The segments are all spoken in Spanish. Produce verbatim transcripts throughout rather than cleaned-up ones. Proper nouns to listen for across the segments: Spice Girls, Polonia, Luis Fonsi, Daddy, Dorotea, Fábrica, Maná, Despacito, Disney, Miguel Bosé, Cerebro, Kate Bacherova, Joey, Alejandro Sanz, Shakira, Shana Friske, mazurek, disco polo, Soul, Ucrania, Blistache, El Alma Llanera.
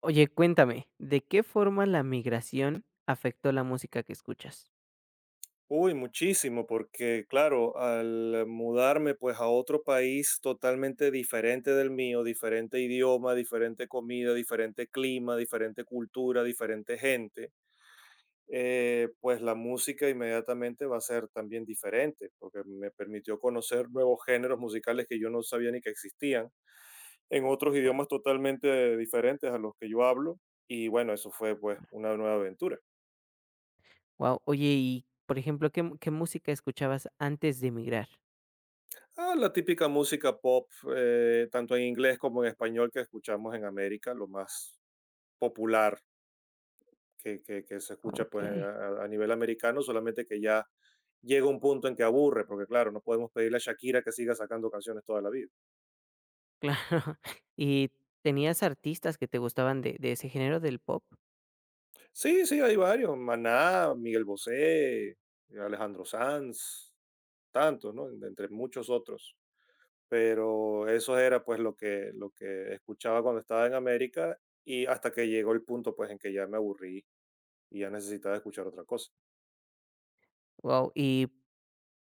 Oye, cuéntame, ¿de qué forma la migración afectó la música que escuchas? Uy, muchísimo, porque claro, al mudarme pues a otro país totalmente diferente del mío, diferente idioma, diferente comida, diferente clima, diferente cultura, diferente gente, eh, pues la música inmediatamente va a ser también diferente, porque me permitió conocer nuevos géneros musicales que yo no sabía ni que existían, en otros Wow, idiomas totalmente diferentes a los que yo hablo, y bueno, eso fue pues una nueva aventura. wow. Oye, y por ejemplo, ¿qué mu- ¿qué música escuchabas antes de emigrar? Ah, la típica música pop, eh, tanto en inglés como en español que escuchamos en América, lo más popular que, que- que se escucha pues Okey, a, a- a nivel americano, solamente que ya llega un punto en que aburre, porque claro, no podemos pedirle a Shakira que siga sacando canciones toda la vida. claro. ¿Y tenías artistas que te gustaban de de ese género del pop? Sí, sí, hay varios, Maná, Miguel Bosé, Alejandro Sanz, tantos, ¿no? Entre muchos otros. Pero eso era pues lo que, lo que escuchaba cuando estaba en América y hasta que llegó el punto pues en que ya me aburrí y ya necesitaba escuchar otra cosa. Wow. ¿Y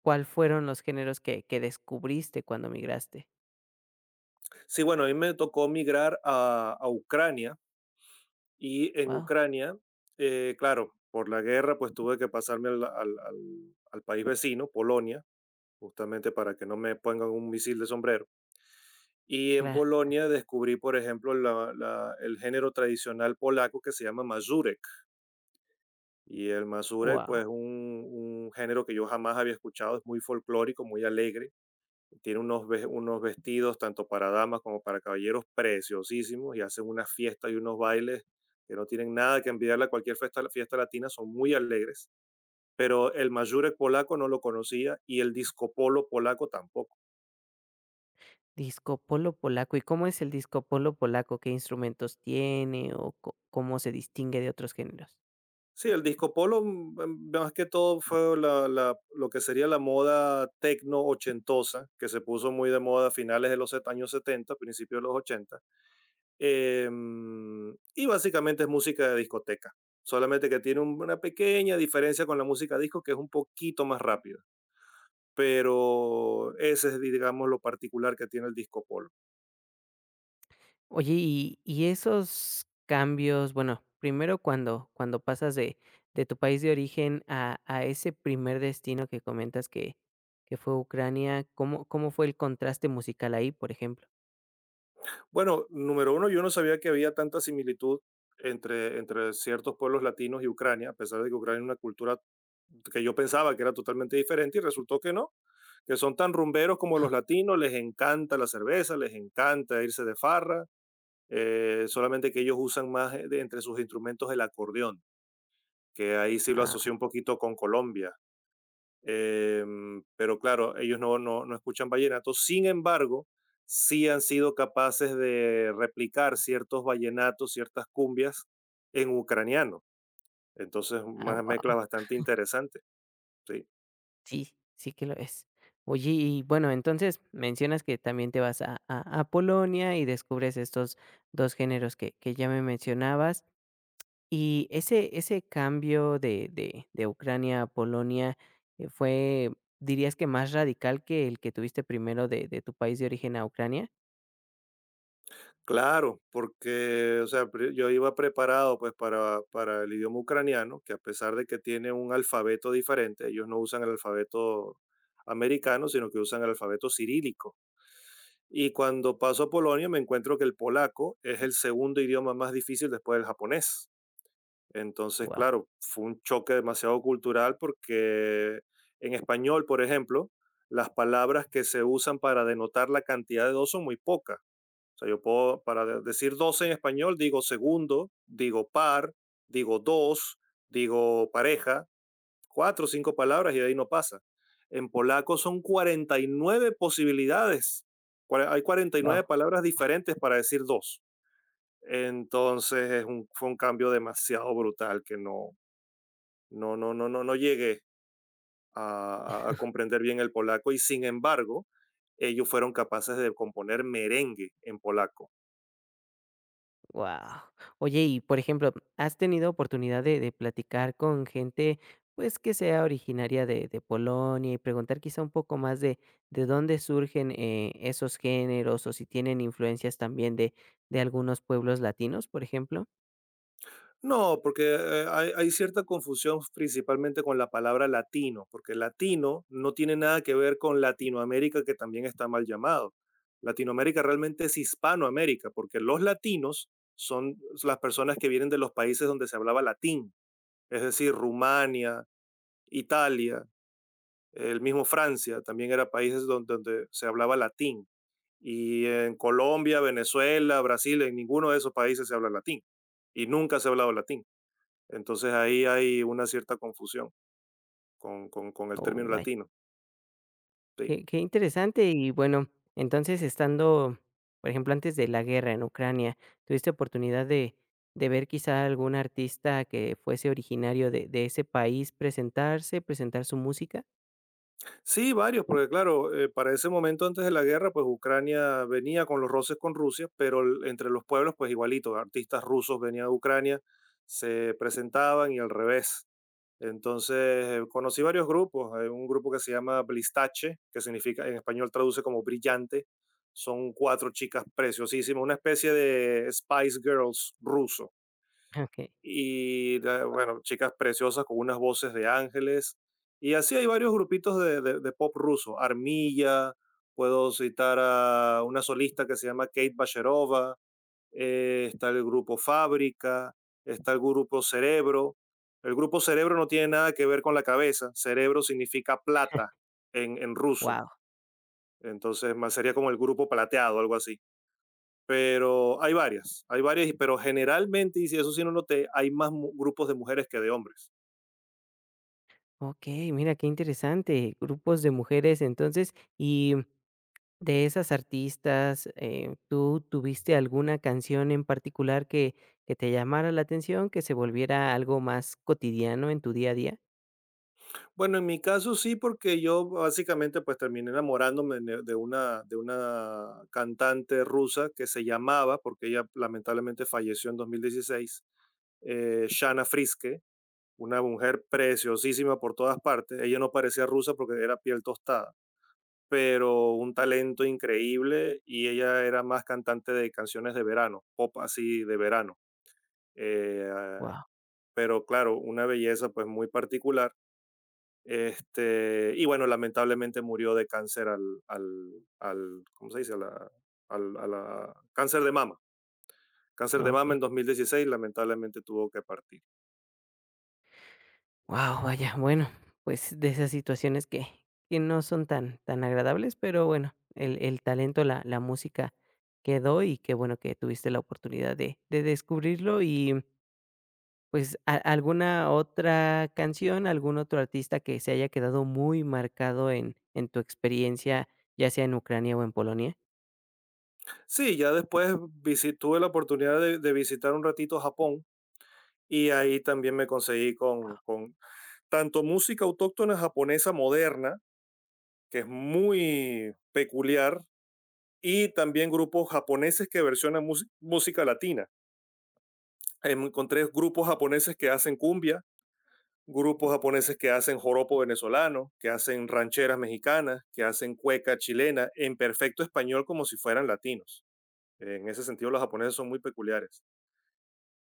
cuáles fueron los géneros que que descubriste cuando migraste? Sí, bueno, a mí me tocó migrar a, a Ucrania y en Wow, Ucrania, eh, claro, por la guerra pues tuve que pasarme al, al- al- al país vecino, Polonia, justamente para que no me pongan un misil de sombrero. Y en claro, Polonia descubrí, por ejemplo, la- la- el género tradicional polaco que se llama mazurek. Y el Mazurek, wow. pues un, un género que yo jamás había escuchado, es muy folclórico, muy alegre, tiene unos, ve- unos vestidos tanto para damas como para caballeros preciosísimos y hacen unas fiestas y unos bailes que no tienen nada que envidiarle a cualquier fiesta, fiesta latina, son muy alegres. Pero el Mazurek polaco no lo conocía y el disco polo polaco tampoco. Disco polo polaco, ¿y cómo es el disco polo polaco? ¿Qué instrumentos tiene o co cómo se distingue de otros géneros? Sí, el disco polo mm, mm, más que todo fue la- la- lo que sería la moda tecno ochentosa, que se puso muy de moda a finales de los set- años setenta, principios de los ochenta. Em, y básicamente es música de discoteca, solamente que tiene un- una pequeña diferencia con la música disco, que es un poquito más rápida, pero ese es, digamos, lo particular que tiene el disco polo. Oye, y y esos cambios, bueno, primero cuando cuando pasas de de tu país de origen a a ese primer destino que comentas que que fue Ucrania, ¿cómo cómo fue el contraste musical ahí, por ejemplo? Bueno, número uno, yo no sabía que había tanta similitud entre, entre ciertos pueblos latinos y Ucrania, a pesar de que Ucrania es una cultura que yo pensaba que era totalmente diferente y resultó que no, que son tan rumberos como los latinos, les encanta la cerveza, les encanta irse de farra, eh, solamente que ellos usan más, eh, de entre sus instrumentos, el acordeón, que ahí sí lo Ah, asocio un poquito con Colombia. Em, pero claro, ellos no, no, no escuchan vallenato. Sin embargo, sí han sido capaces de replicar ciertos vallenatos, ciertas cumbias en ucraniano. Entonces, ah, una mezcla guau. bastante interesante. Sí. Sí, sí que lo es. Oye, y bueno, entonces mencionas que también te vas a a a Polonia y descubres estos dos géneros que que ya me mencionabas. Y ese ese cambio de de de Ucrania a Polonia, eh, ¿fue, dirías que más radical que el que tuviste primero de de tu país de origen a Ucrania? Claro, porque, o sea, pre- yo iba preparado pues para, para el idioma ucraniano, que a pesar de que tiene un alfabeto diferente, ellos no usan el alfabeto americano, sino que usan el alfabeto cirílico. Y cuando paso a Polonia me encuentro que el polaco es el segundo idioma más difícil después del japonés. Entonces, Wow, claro, fue un choque demasiado cultural porque en español, por ejemplo, las palabras que se usan para denotar la cantidad de dos son muy pocas. O sea, yo puedo, para decir doce en español, digo segundo, digo par, digo dos, digo pareja, cuatro o cinco palabras y de ahí no pasa. En polaco son cuarenta y nueve posibilidades. Cua- Hay cuarenta y wow, nueve palabras diferentes para decir dos. Entonces es un- fue un cambio demasiado brutal que no, no, no, no, no, no llegué a, a- a comprender bien el polaco y sin embargo ellos fueron capaces de componer merengue en polaco. wow. Oye, y por ejemplo, ¿has tenido oportunidad de de platicar con gente, pues, que sea originaria de de Polonia y preguntar quizá un poco más de de dónde surgen, eh, esos géneros o si tienen influencias también de de algunos pueblos latinos, por ejemplo? No, porque eh, hay, hay cierta confusión principalmente con la palabra latino, porque latino no tiene nada que ver con Latinoamérica, que también está mal llamado. Latinoamérica realmente es Hispanoamérica, porque los latinos son las personas que vienen de los países donde se hablaba latín, es decir, Rumania, Italia, el mismo Francia, también era países donde, donde se hablaba latín. Y en Colombia, Venezuela, Brasil, en ninguno de esos países se habla latín. Y nunca se ha hablado latín. Entonces ahí hay una cierta confusión con, con- con el término O latino. Sí. qué qué interesante. Y bueno, entonces, estando, por ejemplo, antes de la guerra en Ucrania, ¿tuviste oportunidad de de ver quizá algún artista que fuese originario de de ese país presentarse, presentar su música? Sí, varios, porque claro, eh, para ese momento antes de la guerra, pues Ucrania venía con los roces con Rusia, pero el- entre los pueblos, pues igualito, artistas rusos venían a Ucrania, se presentaban y al revés. Entonces, eh, conocí varios grupos, eh, un grupo que se llama Blistache, que significa, en español traduce como brillante, son cuatro chicas preciosísimas, una especie de Spice Girls ruso, Okey. Y la- wow, bueno, chicas preciosas con unas voces de ángeles. Y así hay varios grupitos de, de- de pop ruso. Armilla, puedo citar a una solista que se llama Kate Bacherova, eh, está el grupo Fábrica, está el grupo Cerebro. El grupo Cerebro no tiene nada que ver con la cabeza. Cerebro significa plata en, en ruso. guau. Entonces, más sería como el grupo plateado, algo así. Pero hay varias, hay varias, pero generalmente, y si eso sí no noté, hay más mu- grupos de mujeres que de hombres. Ok, mira, qué interesante. Grupos de mujeres, entonces, y de esas artistas, eh, ¿tú tuviste alguna canción en particular que que te llamara la atención, que se volviera algo más cotidiano en tu día a día? Bueno, en mi caso sí, porque yo básicamente pues terminé enamorándome de de una, de una cantante rusa que se llamaba, porque ella lamentablemente falleció en dos mil dieciséis, eh, Shana Friske, una mujer preciosísima por todas partes. Ella no parecía rusa porque era piel tostada, pero un talento increíble y ella era más cantante de canciones de verano, pop así de verano. eh, ah, Wow, pero claro, una belleza pues muy particular. Este, y bueno, lamentablemente murió de cáncer al, al, al, ¿cómo se dice? A la, al- a la- cáncer de mama. Cáncer de mama en okey. dos mil dieciséis lamentablemente tuvo que partir. Wow, vaya, bueno, pues de esas situaciones que, que no son tan, tan agradables, pero bueno, el, el talento, la, la música quedó y qué bueno que tuviste la oportunidad de, de descubrirlo y pues a- alguna otra canción, algún otro artista que se haya quedado muy marcado en, en tu experiencia, ya sea en Ucrania o en Polonia. Sí, ya después visi- tuve la oportunidad de, de visitar un ratito Japón y ahí también me conseguí con, con tanto música autóctona japonesa moderna, que es muy peculiar, y también grupos japoneses que versionan mus- música latina. Em, Encontré grupos japoneses que hacen cumbia, grupos japoneses que hacen joropo venezolano, que hacen rancheras mexicanas, que hacen cueca chilena en perfecto español como si fueran latinos. En ese sentido, los japoneses son muy peculiares.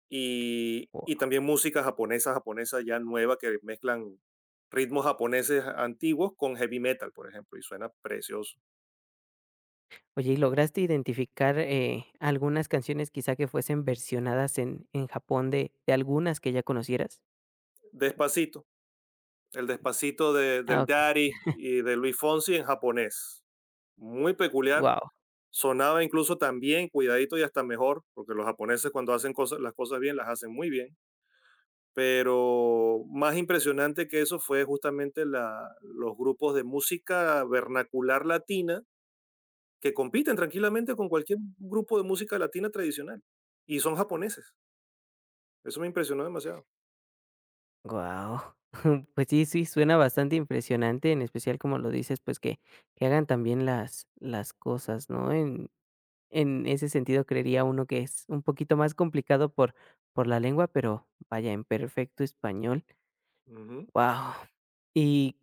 Y, y O- también música japonesa, japonesa ya nueva, que mezclan ritmos japoneses antiguos con heavy metal, por ejemplo, y suena precioso. Oye, ¿y lograste identificar eh, algunas canciones quizá que fuesen versionadas en, en Japón de, de algunas que ya conocieras? Despacito, el despacito de, Ah, del ok, Daddy y de Luis Fonsi en japonés. Muy peculiar. wow. Sonaba incluso también, cuidadito y hasta mejor, porque los japoneses cuando hacen cosas, las cosas bien, las hacen muy bien. Pero más impresionante que eso fue justamente la, los grupos de música vernacular latina que compiten tranquilamente con cualquier grupo de música latina tradicional. Y son japoneses. Eso me impresionó demasiado. Wow, pues sí, sí, suena bastante impresionante, en especial como lo dices, pues que que hagan también las las cosas, ¿no? En en ese sentido, creería uno que es un poquito más complicado por por la lengua, pero vaya, en perfecto español. Ujú. Wow. Y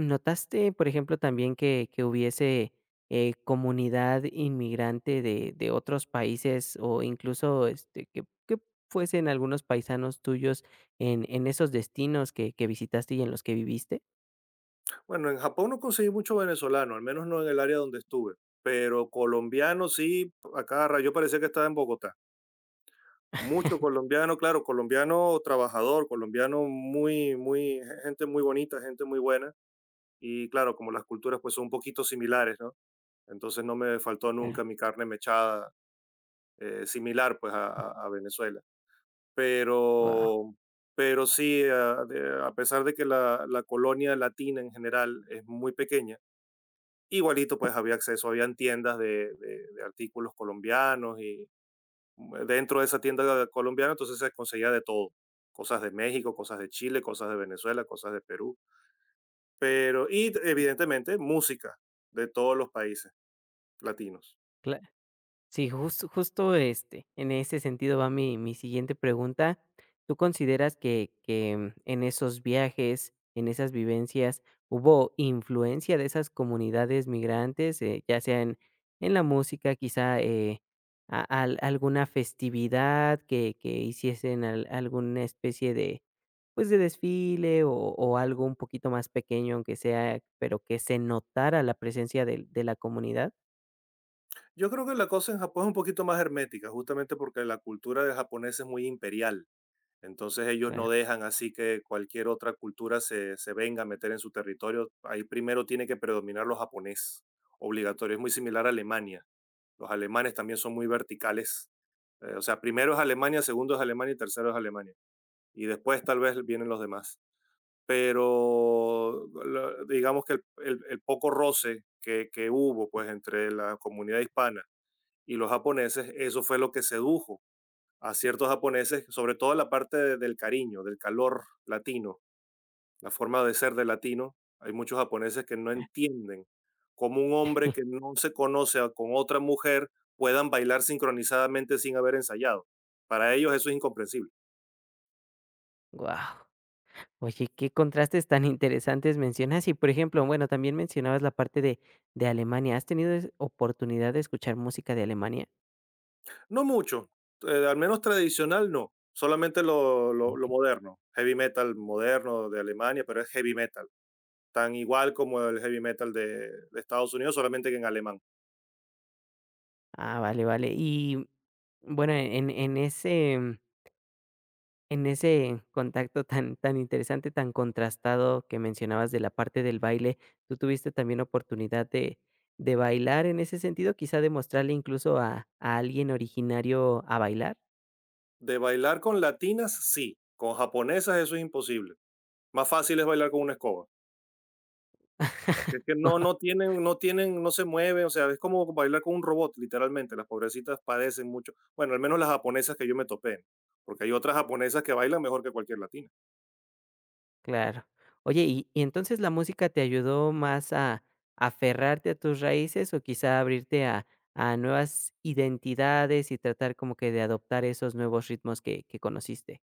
¿notaste, por ejemplo, también que que hubiese, eh, comunidad inmigrante de de otros países o incluso, este, que que fuesen algunos paisanos tuyos en en esos destinos que que visitaste y en los que viviste? Bueno, en Japón no conseguí mucho venezolano, al menos no en el área donde estuve, pero colombiano sí, a cada rato, yo parecía que estaba en Bogotá. Mucho colombiano, claro, colombiano trabajador, colombiano muy, muy, gente muy bonita, gente muy buena. Y claro, como las culturas pues son un poquito similares, ¿no? Entonces no me faltó Ah, nunca mi carne mechada, eh, similar pues a, a- a Venezuela. guau. Pero, pero sí, a, de- a pesar de que la la colonia latina en general es muy pequeña, igualito, pues había acceso, habían tiendas de, de- de artículos colombianos y mm, dentro de esa tienda de- colombiana entonces se conseguía de todo, cosas de México, cosas de Chile, cosas de Venezuela, cosas de Perú, pero y evidentemente música de todos los países latinos. Sí, jus justo, este, en ese sentido va mi mi siguiente pregunta. ¿Tú consideras que que mm, en esos viajes, en esas vivencias, hubo influencia de esas comunidades migrantes, eh, ya sea en en la música, quizá, eh, a al alguna festividad que que hiciesen al alguna especie de, pues, de desfile o o algo un poquito más pequeño, aunque sea, pero que se notara la presencia de de la comunidad? Yo creo que la cosa en Japón es un poquito más hermética, justamente porque la cultura del japonés es muy imperial. Entonces ellos Ah, no dejan así que cualquier otra cultura se, se venga a meter en su territorio. Ahí primero tiene que predominar lo japonés, obligatorio. Es muy similar a Alemania. Los alemanes también son muy verticales. Eh, o sea, primero es Alemania, segundo es Alemania y tercero es Alemania. Y después tal vez vienen los demás. Pero la- digamos que el, el- el poco roce que, que hubo pues entre la comunidad hispana y los japoneses, eso fue lo que sedujo a ciertos japoneses, sobre todo la parte de- del cariño, del calor latino, la forma de ser de latino. Hay muchos japoneses que no entienden cómo un hombre que no se conoce a- con otra mujer puedan bailar sincronizadamente sin haber ensayado. Para ellos eso es incomprensible. guau. Oye, qué contrastes tan interesantes mencionas. Y, por ejemplo, bueno, también mencionabas la parte de de Alemania, ¿has tenido es oportunidad de escuchar música de Alemania? No mucho, eh, al menos tradicional no, solamente lo, lo- lo Okey. moderno, heavy metal moderno de Alemania, pero es heavy metal, tan igual como el heavy metal de de Estados Unidos, solamente que en alemán. Ah, vale, vale. Y, bueno, en en ese mm, en ese contacto tan tan interesante, tan contrastado que mencionabas de la parte del baile, ¿tú tuviste también oportunidad de de bailar en ese sentido? Quizá de mostrarle incluso a a alguien originario a bailar. De bailar con latinas, sí, con japonesas eso es imposible. Más fácil es bailar con una escoba. Es que no, no tienen, no tienen, no se mueven, o sea, es como bailar con un robot, literalmente. Las pobrecitas padecen mucho. Bueno, al menos las japonesas que yo me topé, ¿no? Porque hay otras japonesas que bailan mejor que cualquier latina. Claro. Oye, y y entonces la música te ayudó más a aferrarte a tus raíces o quizá abrirte a a nuevas identidades y tratar como que de adoptar esos nuevos ritmos que que conociste,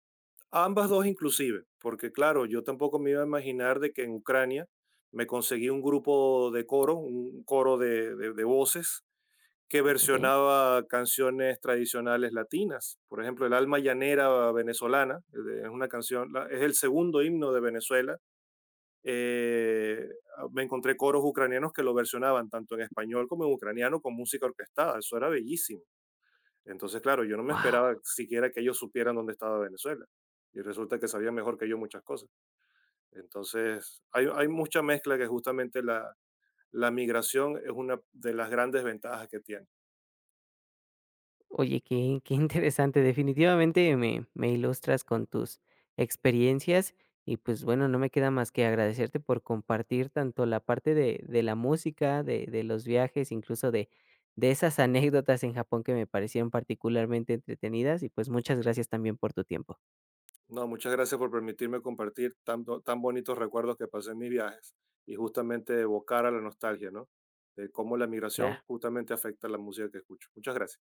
Ambas dos inclusive, porque claro, yo tampoco me iba a imaginar de que en Ucrania me conseguí un grupo de coro, un coro de, de de voces que ¿ok? versionaba canciones tradicionales latinas. Por ejemplo, El Alma Llanera venezolana es una canción, la- es el segundo himno de Venezuela. Eh, ah, Me encontré coros ucranianos que lo versionaban tanto en español como en ucraniano con música orquestada. Eso era bellísimo. Entonces, claro, yo no me ¡Wow! esperaba siquiera que ellos supieran dónde estaba Venezuela. Y resulta que sabían mejor que yo muchas cosas. Entonces, hay, hay mucha mezcla que justamente la, la migración es una de las grandes ventajas que tiene. Oye, qué, qué interesante. Definitivamente me, me ilustras con tus experiencias y pues bueno, no me queda más que agradecerte por compartir tanto la parte de, de la música, de, de los viajes, incluso de, de esas anécdotas en Japón que me parecieron particularmente entretenidas y pues muchas gracias también por tu tiempo. No, muchas gracias por permitirme compartir tan, bo- tan bonitos recuerdos que pasé en mis viajes y justamente evocar a la nostalgia, ¿no? De cómo la migración Claro. justamente afecta la música que escucho. Muchas gracias.